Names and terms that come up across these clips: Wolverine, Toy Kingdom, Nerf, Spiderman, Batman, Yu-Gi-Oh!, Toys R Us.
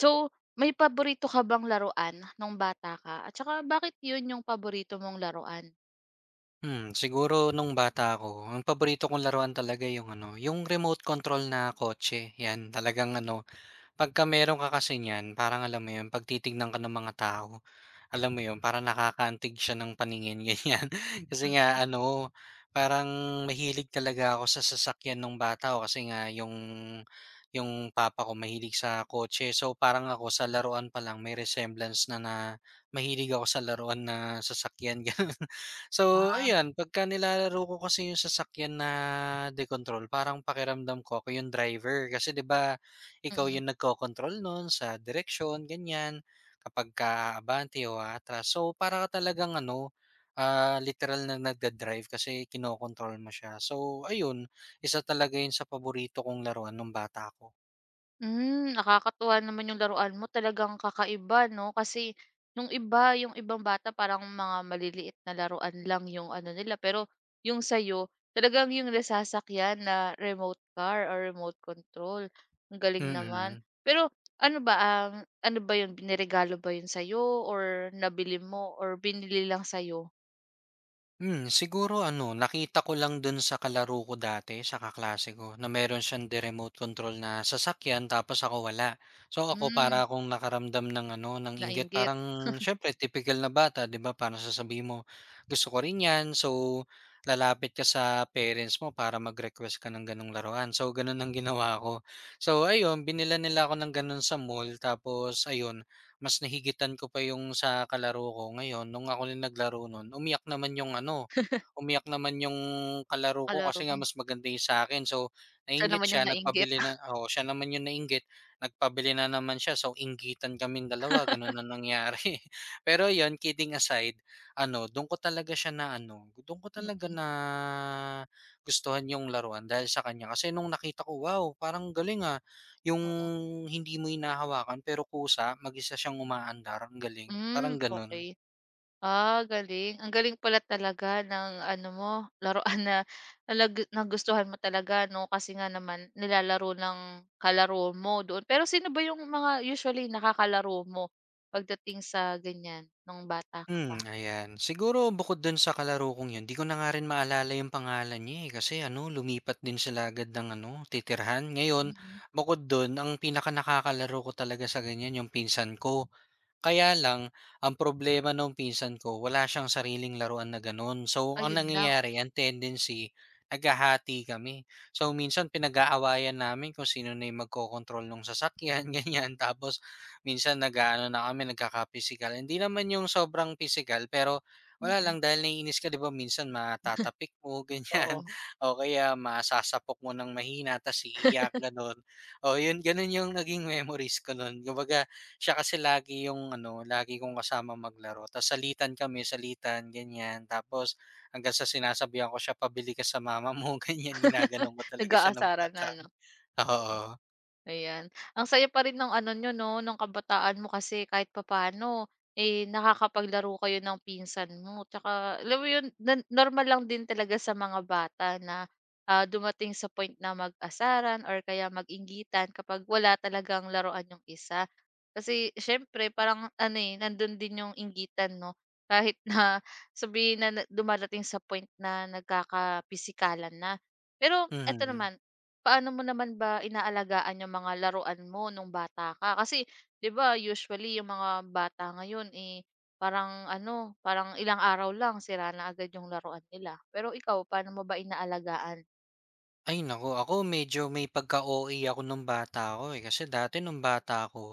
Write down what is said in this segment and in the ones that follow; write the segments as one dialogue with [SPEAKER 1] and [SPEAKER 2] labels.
[SPEAKER 1] So, may paborito ka bang laruan nung bata ka at saka bakit 'yun yung paborito mong laruan?
[SPEAKER 2] Siguro nung bata ako, ang paborito kong laruan talaga yung ano, yung remote control na kotse, 'yan. Talagang pagka meron ka kasi niyan, parang alam mo 'yun, 'pag titignan ka ng mga tao, alam mo 'yun, para nakakaantig siya ng paningin ganiyan. Kasi nga parang mahilig talaga ako sa sasakyan ng bata ako kasi nga yung papa ko mahilig sa kotse. So, parang ako sa laruan pa lang may resemblance na na mahilig ako sa laruan na sasakyan, gano'n. So,
[SPEAKER 1] Ah,
[SPEAKER 2] ayan, pagka nilalaro ko kasi yung sasakyan na de-control, parang pakiramdam ko ako yung driver. Kasi 'di ba, ikaw
[SPEAKER 1] mm.
[SPEAKER 2] yung nagkokontrol nun sa direksyon, ganyan. Kapagka abante o atras. So, para ka talagang literal na nagda-drive kasi kinokontrol mo siya. So ayun, isa talaga yun sa paborito kong laruan nung bata ako.
[SPEAKER 1] Nakakatuwa naman yung laruan mo talagang kakaiba 'no, kasi yung iba yung ibang bata parang mga maliliit na laruan lang yung ano nila, pero yung sa'yo talagang yung nasasakyan na remote car or remote control. Ang galing naman.
[SPEAKER 2] Mm.
[SPEAKER 1] Pero ano ba, ano ba 'yun, niregalo ba 'yun sa'yo or nabili mo or binili lang sa'yo?
[SPEAKER 2] Siguro ano, nakita ko lang dun sa kalaro ko dati, sa kaklase ko, na meron siyang remote control na sasakyan tapos ako wala. So ako para
[SPEAKER 1] Hmm.
[SPEAKER 2] akong nakaramdam ng ng inggit.
[SPEAKER 1] Nainggit,
[SPEAKER 2] Parang siyempre typical na bata, 'di ba? Parang sasabihin mo, gusto ko rin 'yan. So lalapit ka sa parents mo para mag-request ka ng ganong laruan. So ganun ang ginawa ko. So ayun, binila nila ako ng ganun sa mall tapos ayun, mas nahigitan ko pa yung sa kalaro ko. Ngayon nung ako rin naglaro nun, umiyak naman yung kalaro ko
[SPEAKER 1] kalaro
[SPEAKER 2] kasi nga
[SPEAKER 1] mo.
[SPEAKER 2] mas maganda yung sa akin. So,
[SPEAKER 1] Siya
[SPEAKER 2] nainggit
[SPEAKER 1] naman yung
[SPEAKER 2] siya,
[SPEAKER 1] nainggit.
[SPEAKER 2] nagpabili na, oo, siya naman yung nainggit, nagpabili na naman siya. So, inggitan kaming dalawa, ganun na nangyari. Pero yon, kidding aside, ano dun ko talaga siya na ano, dun ko talaga
[SPEAKER 1] Mm,
[SPEAKER 2] na nagustuhan yung laruan dahil sa kanya. Kasi nung nakita ko, "Wow, parang galing, ah." Yung
[SPEAKER 1] oo.
[SPEAKER 2] hindi mo hinahawakan pero kusa, mag-isa siyang umaandar, ang galing, parang
[SPEAKER 1] Hmm,
[SPEAKER 2] gano'n.
[SPEAKER 1] okay. Ah, galing. Ang galing pala talaga ng ano mo, laruan na nagustuhan mo talaga 'no, kasi nga naman nilalaro ng kalaro mo doon. Pero sino ba yung mga usually nakakalaro mo pagdating sa ganyan, nung bata ka pa?
[SPEAKER 2] Hmm, ayan. Siguro bukod dun sa kalaro kong yun, 'di ko na nga rin maalala yung pangalan niya, eh, kasi ano, lumipat din sila agad ng ano, titirhan. Ngayon,
[SPEAKER 1] Mm,
[SPEAKER 2] bukod dun ang pinaka nakakalaro ko talaga sa ganyan yung pinsan ko. Kaya lang, ang problema nung pinsan ko wala siyang sariling laruan na gano'n. So, ang
[SPEAKER 1] ayun lang.
[SPEAKER 2] nangyayari, ang tendency, naghahati kami. So, minsan pinag-aawayan namin kung sino na yung magkokontrol ng sasakyan, ganyan. Tapos, minsan nag-aano na kami, nagkaka-pisikal. Hindi naman yung sobrang pisikal, pero wala
[SPEAKER 1] Mm,
[SPEAKER 2] lang dahil naiinis ka, 'di ba, minsan matatapik mo, ganyan.
[SPEAKER 1] oo,
[SPEAKER 2] O kaya masasapok mo ng mahina, tas iiyak, gano'n. O yun, gano'n yung naging memories ko nun. Kumbaga, siya kasi lagi yung ano, lagi kong kasama maglaro tapos salitan kami, salitan ganyan. Tapos hanggang sa sinasabihan ko siya, "Pabili ka sa mama mo," ganyan, ginaganon ko talaga siya nung
[SPEAKER 1] nag-aasaran na
[SPEAKER 2] bata.
[SPEAKER 1] 'no?
[SPEAKER 2] Oo,
[SPEAKER 1] Ayan. Ang saya pa rin ng ano niyo 'no, ng kabataan mo kasi kahit papaano, eh, nakakapaglaro kayo ng pinsan mo tsaka alam mo yun na normal lang din talaga sa mga bata na, dumating sa point na mag-asaran or kaya mag-inggitan kapag wala talagang laruan yung isa. Kasi siyempre parang ano, eh, nandun din yung inggitan 'no, kahit na sabihin na na dumadating sa point na nagkakapisikalan na. Pero eto
[SPEAKER 2] mhm.
[SPEAKER 1] naman, paano mo naman ba inaalagaan yung mga laruan mo nung bata ka? Kasi 'di ba usually yung mga bata ngayon, eh, parang ano, parang ilang araw lang sira na agad yung laruan nila. Pero ikaw, paano mo ba inaalagaan?
[SPEAKER 2] Ay naku, ako medyo may pagka-OA ako nung bata ako, eh. Kasi dati nung bata ako,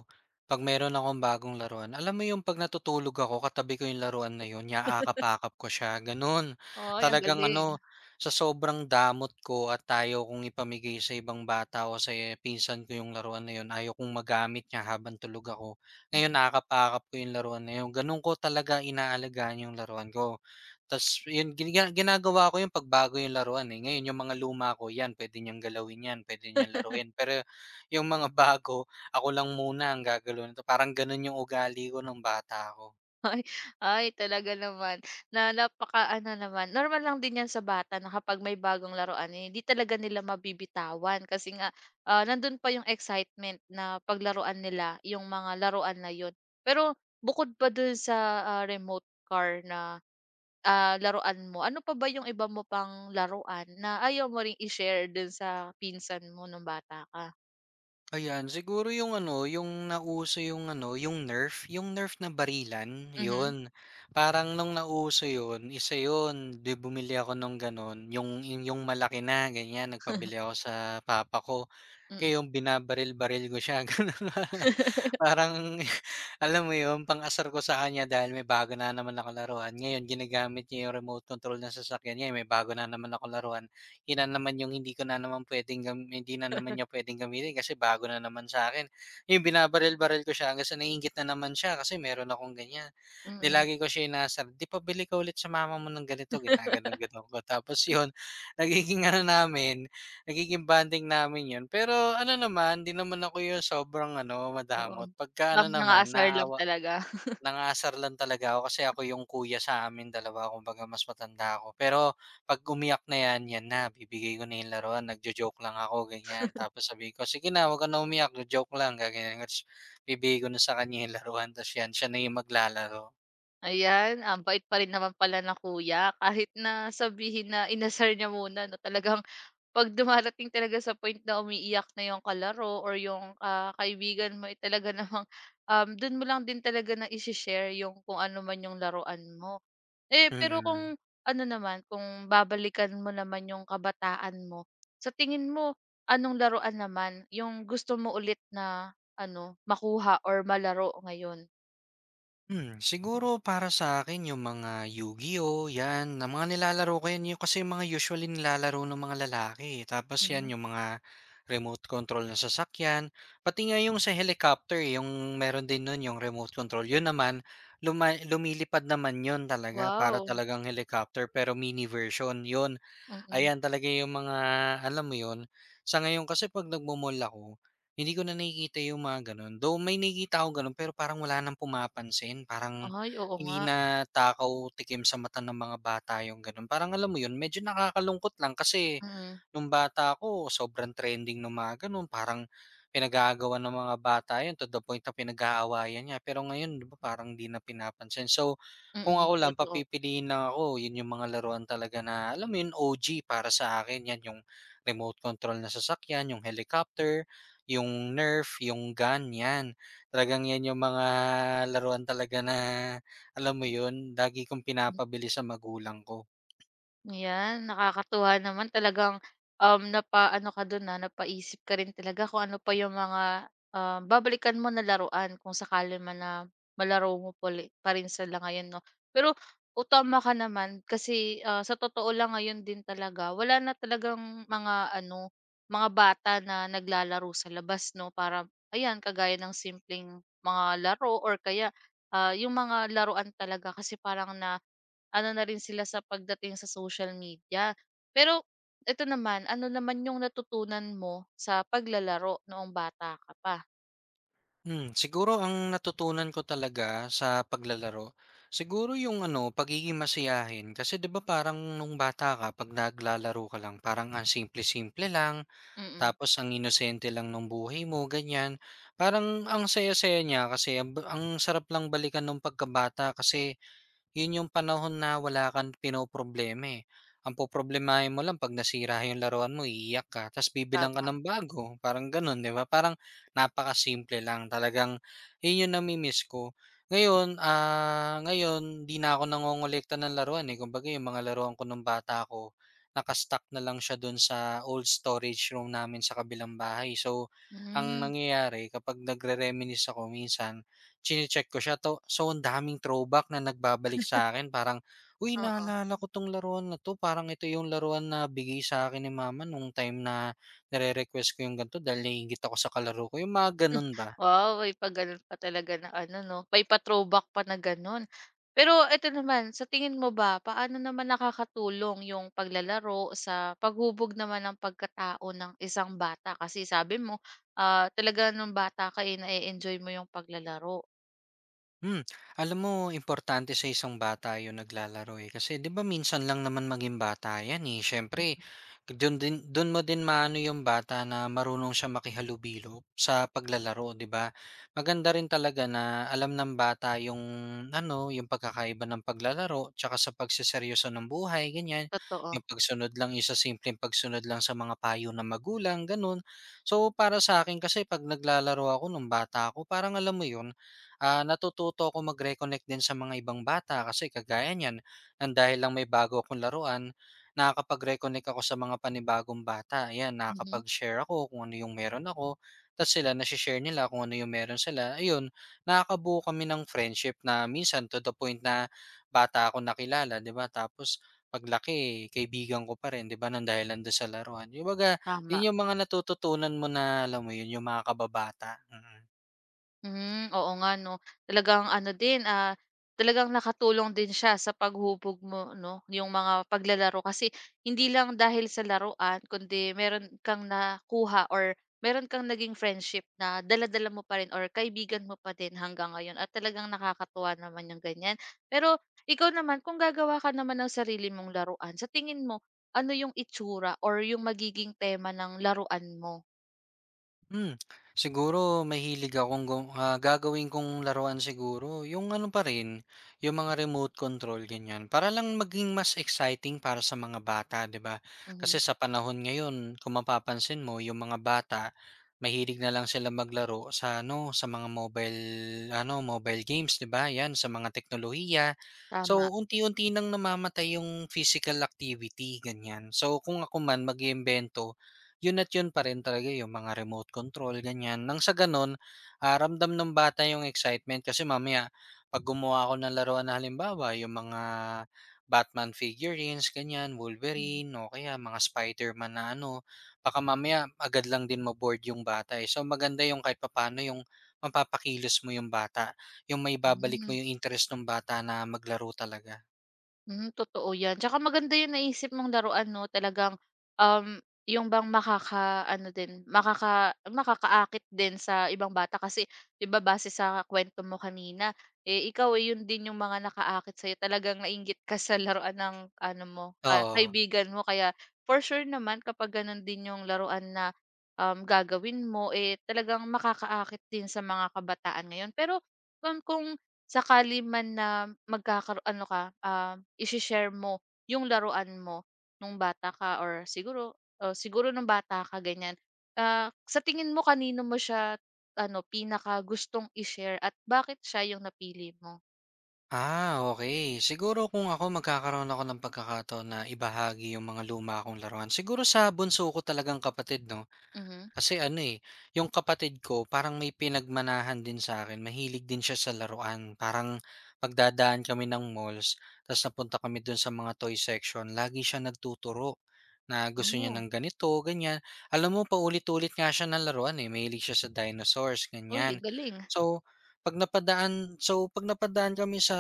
[SPEAKER 2] 'pag meron akong bagong laruan, alam mo yung 'pag natutulog ako katabi ko yung laruan na yun, nyaakap-akap ko siya, gano'n.
[SPEAKER 1] Ay, ang
[SPEAKER 2] Talagang
[SPEAKER 1] galing.
[SPEAKER 2] sa sobrang damot ko at ayaw kong ipamigay sa ibang bata o sa eh, pinsan ko yung laruan na yun, ayaw kong magamit niya habang tulog ako. Ngayon,
[SPEAKER 1] Mm.
[SPEAKER 2] akap-akap ko yung laruan na yun, gano'n ko talaga inaalagaan yung laruan ko. Tas yun, ginagawa ko yung pagbago yung laruan, eh. Ngayon yung mga luma ko, yan pwede niyang galawin yan, pwede niyang laruin. Pero yung mga bago, ako lang muna ang gagalaw nito. Parang gano'n yung ugali ko nung bata ako.
[SPEAKER 1] Ay, ay talaga naman na napakaano naman, normal lang din 'yan sa bata na kapag may bagong laruan, eh, hindi talaga nila mabibitawan kasi nga, nandun pa yung excitement na paglaruan nila yung mga laruan na yun. Pero bukod pa dun sa, remote car na, laruan mo, ano pa ba yung iba mo pang laruan na ayaw mo ring i-share dun sa pinsan mo nung bata ka?
[SPEAKER 2] Ayan, siguro yung nauso yung Nerf na barilan,
[SPEAKER 1] Mhm,
[SPEAKER 2] yun. Parang nung nauso yun, isa yun, 'di bumili ako nung gano'n, yung malaki na, ganiyan. Nagpabili ako sa papa ko.
[SPEAKER 1] mm.
[SPEAKER 2] Kaya yung binabaril-baril ko siya gano'n. Parang alam mo yun, pang-asar ko sa kanya dahil may bago na naman akong laruan. Ngayon ginagamit niya yung remote control ng sasakyan niya, eh, may bago na naman akong laruan. Yun na naman yung hindi na naman niya puwedeng gamitin kasi bago na naman sa akin. Yung binabaril-baril ko siya hanggang sa naiinggit na naman siya kasi meron akong ganyan.
[SPEAKER 1] Mm.
[SPEAKER 2] Nilagi ko siya inaasar, "'Di pabili ka ulit sa mama mo ng ganito."
[SPEAKER 1] Mm.
[SPEAKER 2] Ginaganon-ganon ko. Tapos yun, nagiging ano namin Nagiging bonding namin 'yun. Pero ano naman, 'di naman ako 'yung sobrang ano,
[SPEAKER 1] Oo,
[SPEAKER 2] madamot. Pagka ano
[SPEAKER 1] parang
[SPEAKER 2] naman,
[SPEAKER 1] nang-aasar lang
[SPEAKER 2] naawa,
[SPEAKER 1] talaga.
[SPEAKER 2] nangasar lang talaga ako kasi ako 'yung kuya sa amin dalawa, kumbaga mas matanda ako. Pero 'pag umiyak na 'yan, 'yan na, bibigay ko na 'yung laruan, nagjo-joke lang ako, ganyan. Tapos sabi ko, "Sige na, huwag ka na umiyak, joke lang." Gaganyan ko, ta's bibigay ko na sa kanya 'yung laruan ta's 'yan, siya na 'yung maglalaro.
[SPEAKER 1] Ayan, ang bait pa rin naman pala na kuya kahit na sabihin na inasar niya muna 'no, talagang 'pag dumarating talaga sa point na umiiyak na yung kalaro or yung, kaibigan mo, eh, talaga namang, dun mo lang din talaga na ise-share yung kung ano man yung laruan mo. Eh,
[SPEAKER 2] Mm.
[SPEAKER 1] pero
[SPEAKER 2] mm.
[SPEAKER 1] kung ano naman, kung babalikan mo naman yung kabataan mo, sa tingin mo anong laruan naman yung gusto mo ulit na ano, makuha or malaro ngayon?
[SPEAKER 2] Siguro para sa akin yung mga Yu-Gi-Oh! 'Yan, na mga nilalaro ko 'yan, yung kasi yung mga usually nilalaro ng mga lalaki, eh. Tapos
[SPEAKER 1] Mhm.
[SPEAKER 2] 'yan yung mga remote control na sasakyan, pati nga yung sa helicopter, eh, yung meron din nun yung remote control. Yun naman, lumilipad naman yun talaga, para
[SPEAKER 1] Wow,
[SPEAKER 2] talagang helicopter pero mini version, yun.
[SPEAKER 1] mm.
[SPEAKER 2] Ayan talaga yung mga alam mo yun, sa ngayon kasi 'pag nagmo-mall ako, hindi ko na nakikita yung mga gano'n. Though may nakikita akong gano'n, pero parang wala ng pumapansin, parang
[SPEAKER 1] Ay, oo nga.
[SPEAKER 2] hindi na takaw tikim sa mata ng mga bata yung gano'n. Parang alam mo yun, medyo nakakalungkot lang kasi
[SPEAKER 1] Mm,
[SPEAKER 2] nung bata ako sobrang trending nung mga gano'n, parang pinag-aagawan ng mga bata yun to the point na pinag-aawayan nga. Pero ngayon 'di ba parang 'di na pinapansin. So kung
[SPEAKER 1] mm,
[SPEAKER 2] ako lang,
[SPEAKER 1] totoo.
[SPEAKER 2] papipiliin lang ako, yun yung mga laruan talaga na alam mo yun, OG para sa akin, yan yung remote control na sasakyan, yung helicopter, yung Nerf, yung gun, yan. Talagang yan yung mga laruan talaga na alam mo yun, lagi kong pinapabili sa magulang ko.
[SPEAKER 1] Ayan, nakakatuwa naman talagang, napaano ka dun, napaisip ka rin talaga kung ano pa yung mga, babalikan mo na laruan kung sakali man na malaro mo pali pa rin sila ngayon 'no. Pero, o tama ka naman kasi, sa totoo lang ngayon din talaga wala na talagang mga ano, mga bata na naglalaro sa labas 'no para ayan kagaya ng simpleng mga laro or kaya, yung mga laruan talaga kasi parang na ano na rin sila sa pagdating sa social media. Pero ito naman, ano naman yung natutunan mo sa paglalaro noong bata ka pa?
[SPEAKER 2] Siguro ang natutunan ko talaga sa paglalaro, siguro pagiging masiyahin. Kasi 'di ba parang nung bata ka, pag naglalaro ka lang, parang ang simple-simple lang.
[SPEAKER 1] Mm,
[SPEAKER 2] Tapos ang inosente lang ng buhay mo, ganyan. Parang ang saya-saya niya kasi ang sarap lang balikan ng pagkabata kasi 'yun yung panahon na wala kang pinoproblema, eh. Ang poproblemahin mo lang 'pag nasira yung laruan mo, iiyak ka ta's bibilang ka
[SPEAKER 1] tama.
[SPEAKER 2] ng bago, parang gano'n, 'di ba? Parang napakasimple lang talagang 'yun yung nami-miss ko. Ngayon 'di na ako nangongolekta ng laruan, eh. Kumbaga yung mga laruan ko nung bata ko, naka na lang siya do'n sa old storage room namin sa kabilang bahay. So, ang
[SPEAKER 1] Hmm,
[SPEAKER 2] nangyayari kapag nagre-reminisce ako minsan, chine-check ko siya, to so ang daming throwback na nagbabalik sa akin, parang, "Uy,
[SPEAKER 1] oo.
[SPEAKER 2] naalala ko 'tong laruan na 'to, parang ito yung laruan na bigay sa akin ni mama nung time na nire-request ko yung gan'to dahil naiinggit ako sa kalaro ko." Yung mga gano'n ba.
[SPEAKER 1] Wow, may pa gano'n pa talaga na ano 'no, may pa-throwback pa na gano'n. Pero ito naman, sa tingin mo ba paano naman nakakatulong yung paglalaro sa paghubog naman ng pagkatao ng isang bata? Kasi sabi mo, talaga nung bata ka, eh, na enjoy mo yung paglalaro.
[SPEAKER 2] Hmm, alam mo importante sa isang bata 'yung naglalaro, eh, kasi 'di ba minsan lang naman maging bata 'yan, eh. Siyempre dun mo din maano 'yung bata na marunong siya makihalubilo sa paglalaro, 'di ba? Maganda rin talaga na alam ng bata 'yung 'yung pagkakaiba ng paglalaro tsaka sa pagseseryoso ng buhay, ganiyan.
[SPEAKER 1] Totoo,
[SPEAKER 2] 'Yung pagsunod lang, 'yung sa simpleng pagsunod lang sa mga payo ng magulang, gano'n. So, para sa akin kasi 'pag naglalaro ako nung bata ako parang alam mo 'yun, natututo ako mag-reconnect din sa mga ibang bata kasi kagaya niyan, ng dahil lang may bago akong laruan, nakakapag-reconnect ako sa mga panibagong bata. Ayan,
[SPEAKER 1] mhm,
[SPEAKER 2] nakakapag-share ako kung ano yung meron ako, tapos sila nasi-share nila kung ano yung meron sila. Ayun, nakakabuo kami ng friendship na minsan to the point na bata ako nakilala, 'di ba? Tapos paglaki, kaibigan ko pa rin, di ba, ng dahilan doon sa laruan. Yung baga,
[SPEAKER 1] tama.
[SPEAKER 2] yun yung mga natututunan mo na, alam mo yun, yung mga kababata. Mm.
[SPEAKER 1] Hmm, oo nga 'no. Talagang ano din, talagang nakatulong din siya sa paghubog mo 'no, yung mga paglalaro kasi hindi lang dahil sa laruan kundi meron kang nakuha or meron kang naging friendship na dala-dala mo pa rin or kaibigan mo pa din hanggang ngayon at talagang nakakatuwa naman yung ganyan. Pero ikaw naman kung gagawa ka naman ng sarili mong laruan, sa tingin mo ano yung itsura or yung magiging tema ng laruan mo?
[SPEAKER 2] Hmm, siguro mahilig akong gagawin kong laruan siguro yung ano pa rin, yung mga remote control ganyan. Para lang maging mas exciting para sa mga bata, 'di ba?
[SPEAKER 1] Mhm,
[SPEAKER 2] Kasi sa panahon ngayon kung mapapansin mo yung mga bata, mahilig na lang sila maglaro sa ano, sa mga mobile games, 'di ba? Yan sa mga teknolohiya.
[SPEAKER 1] tama.
[SPEAKER 2] So, unti-unti nang namamatay yung physical activity, ganyan. So, kung ako man mag-iimbento, yun, at yun pa rin talaga yung mga remote control ganyan. Nang sa gano'n, ramdam ng bata yung excitement kasi mamaya 'pag gumawa ako ng laruan na halimbawa yung mga Batman figurines ganyan,
[SPEAKER 1] Hmm,
[SPEAKER 2] Wolverine o kaya mga Spiderman na ano, baka mamaya agad lang din ma-bored yung bata, eh. So, maganda yung kahit papaano yung mapapakilos mo yung bata, yung maibabalik
[SPEAKER 1] hmm.
[SPEAKER 2] mo yung interest ng bata na maglaro talaga,
[SPEAKER 1] Hmm, totoo 'yan. Tsaka maganda 'yung naisip mong laruan 'no, talagang, 'yung bang makaka ano din, makakaakit din sa ibang bata kasi 'di ba base sa kwento mo kanina, eh, ikaw, eh, 'yun din 'yung mga nakaakit sa'yo. Talagang nainggit ka sa laruan ng ano mo,
[SPEAKER 2] oo.
[SPEAKER 1] kaibigan mo kaya for sure naman kapag gano'n din 'yung laruan na, gagawin mo, eh, talagang makakaakit din sa mga kabataan ngayon. Pero, kung sakali man na ano ka, i share mo yung laruan mo nung bata ka or siguro o siguro nung bata ka ganyan, sa tingin mo kanino mo siya ano pinakagustong i-share at bakit siya yung napili mo?
[SPEAKER 2] Ah, okay. Siguro kung ako magkakaroon ako ng pagkakataon na ibahagi yung mga luma kong laruan, siguro sa bunso ko talagang kapatid 'no.
[SPEAKER 1] Mhm.
[SPEAKER 2] Kasi ano, eh, yung kapatid ko parang may pinagmanahan din sa akin, mahilig din siya sa laruan. Parang pagdadaan kami ng malls, ta's napunta kami dun sa mga toy section, lagi siya nagtuturo. Na gusto niya
[SPEAKER 1] Oh,
[SPEAKER 2] ng ganito, ganyan. Alam mo paulit-ulit nga siya ng laruan, eh, mahilig siya sa dinosaurs,
[SPEAKER 1] uy
[SPEAKER 2] ganyan.
[SPEAKER 1] ang galing.
[SPEAKER 2] So, 'pag napadaan kami sa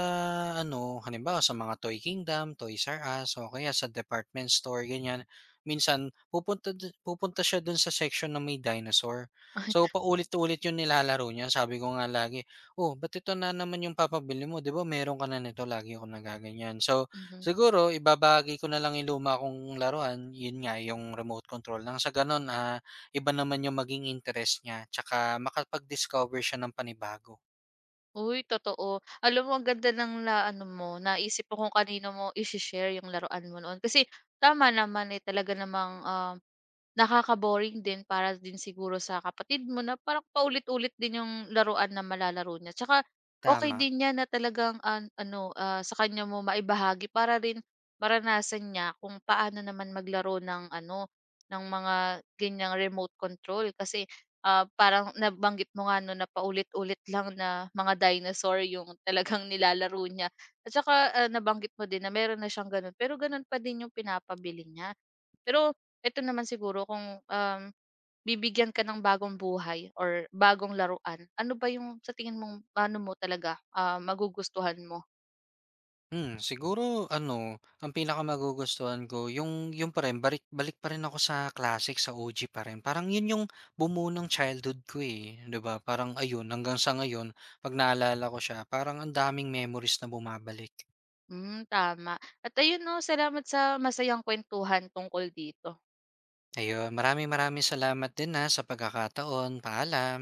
[SPEAKER 2] ano, halimbawa sa mga Toy Kingdom, Toys R Us o kaya sa department store, ganyan. Minsan pupunta siya dun sa section na may dinosaur. So, paulit-ulit yung nilalaro niya. Sabi ko nga lagi, "Oh, ba't ito na naman yung papabili mo? 'Di ba meron ka na nito?" Lagi akong nagaganyan. So
[SPEAKER 1] Mhm.
[SPEAKER 2] siguro ibabahagi ko na lang yung luma kong laruan, yun nga yung remote control, nang sa gano'n, iba naman yung maging interest niya tsaka makapag-discover siya ng panibago.
[SPEAKER 1] Uy totoo. Alam mo ang ganda ng na-ano mo, naisip ko kung kanino mo i share yung laruan mo noon kasi tama naman, eh, talaga namang, nakaka-boring din para din siguro sa kapatid mo na parang paulit-ulit din yung laruan na malalaro niya. Tsaka okay
[SPEAKER 2] Tama.
[SPEAKER 1] din 'yan na talagang ano, sa kanya mo maibahagi para rin maranasan niya kung paano naman maglaro ng ano, ng mga ganiyang remote control. Kasi, parang nabanggit mo nga 'no na paulit-ulit lang na mga dinosaur yung talagang nilalaro niya. At saka, nabanggit mo din na meron na siyang gano'n, pero gano'n pa din yung pinapabili niya. Pero eto naman siguro kung, bibigyan ka ng bagong buhay or bagong laruan, ano ba yung sa tingin mong ano mo talaga, magugustuhan mo?
[SPEAKER 2] Ang pinakamagugustuhan ko yung pa rin, balik balik pa rin ako sa classic, sa OG pa rin. Parang yun yung bumuo ng childhood ko, eh, 'di ba? Parang ayun hanggang sa ngayon 'pag naalala ko siya parang ang daming memories na bumabalik.
[SPEAKER 1] Hmm, tama. At ayun 'no, salamat sa masayang kuwentuhan tungkol dito.
[SPEAKER 2] Ayun, maraming maraming salamat din, ah, sa pagkakataon. Paalam.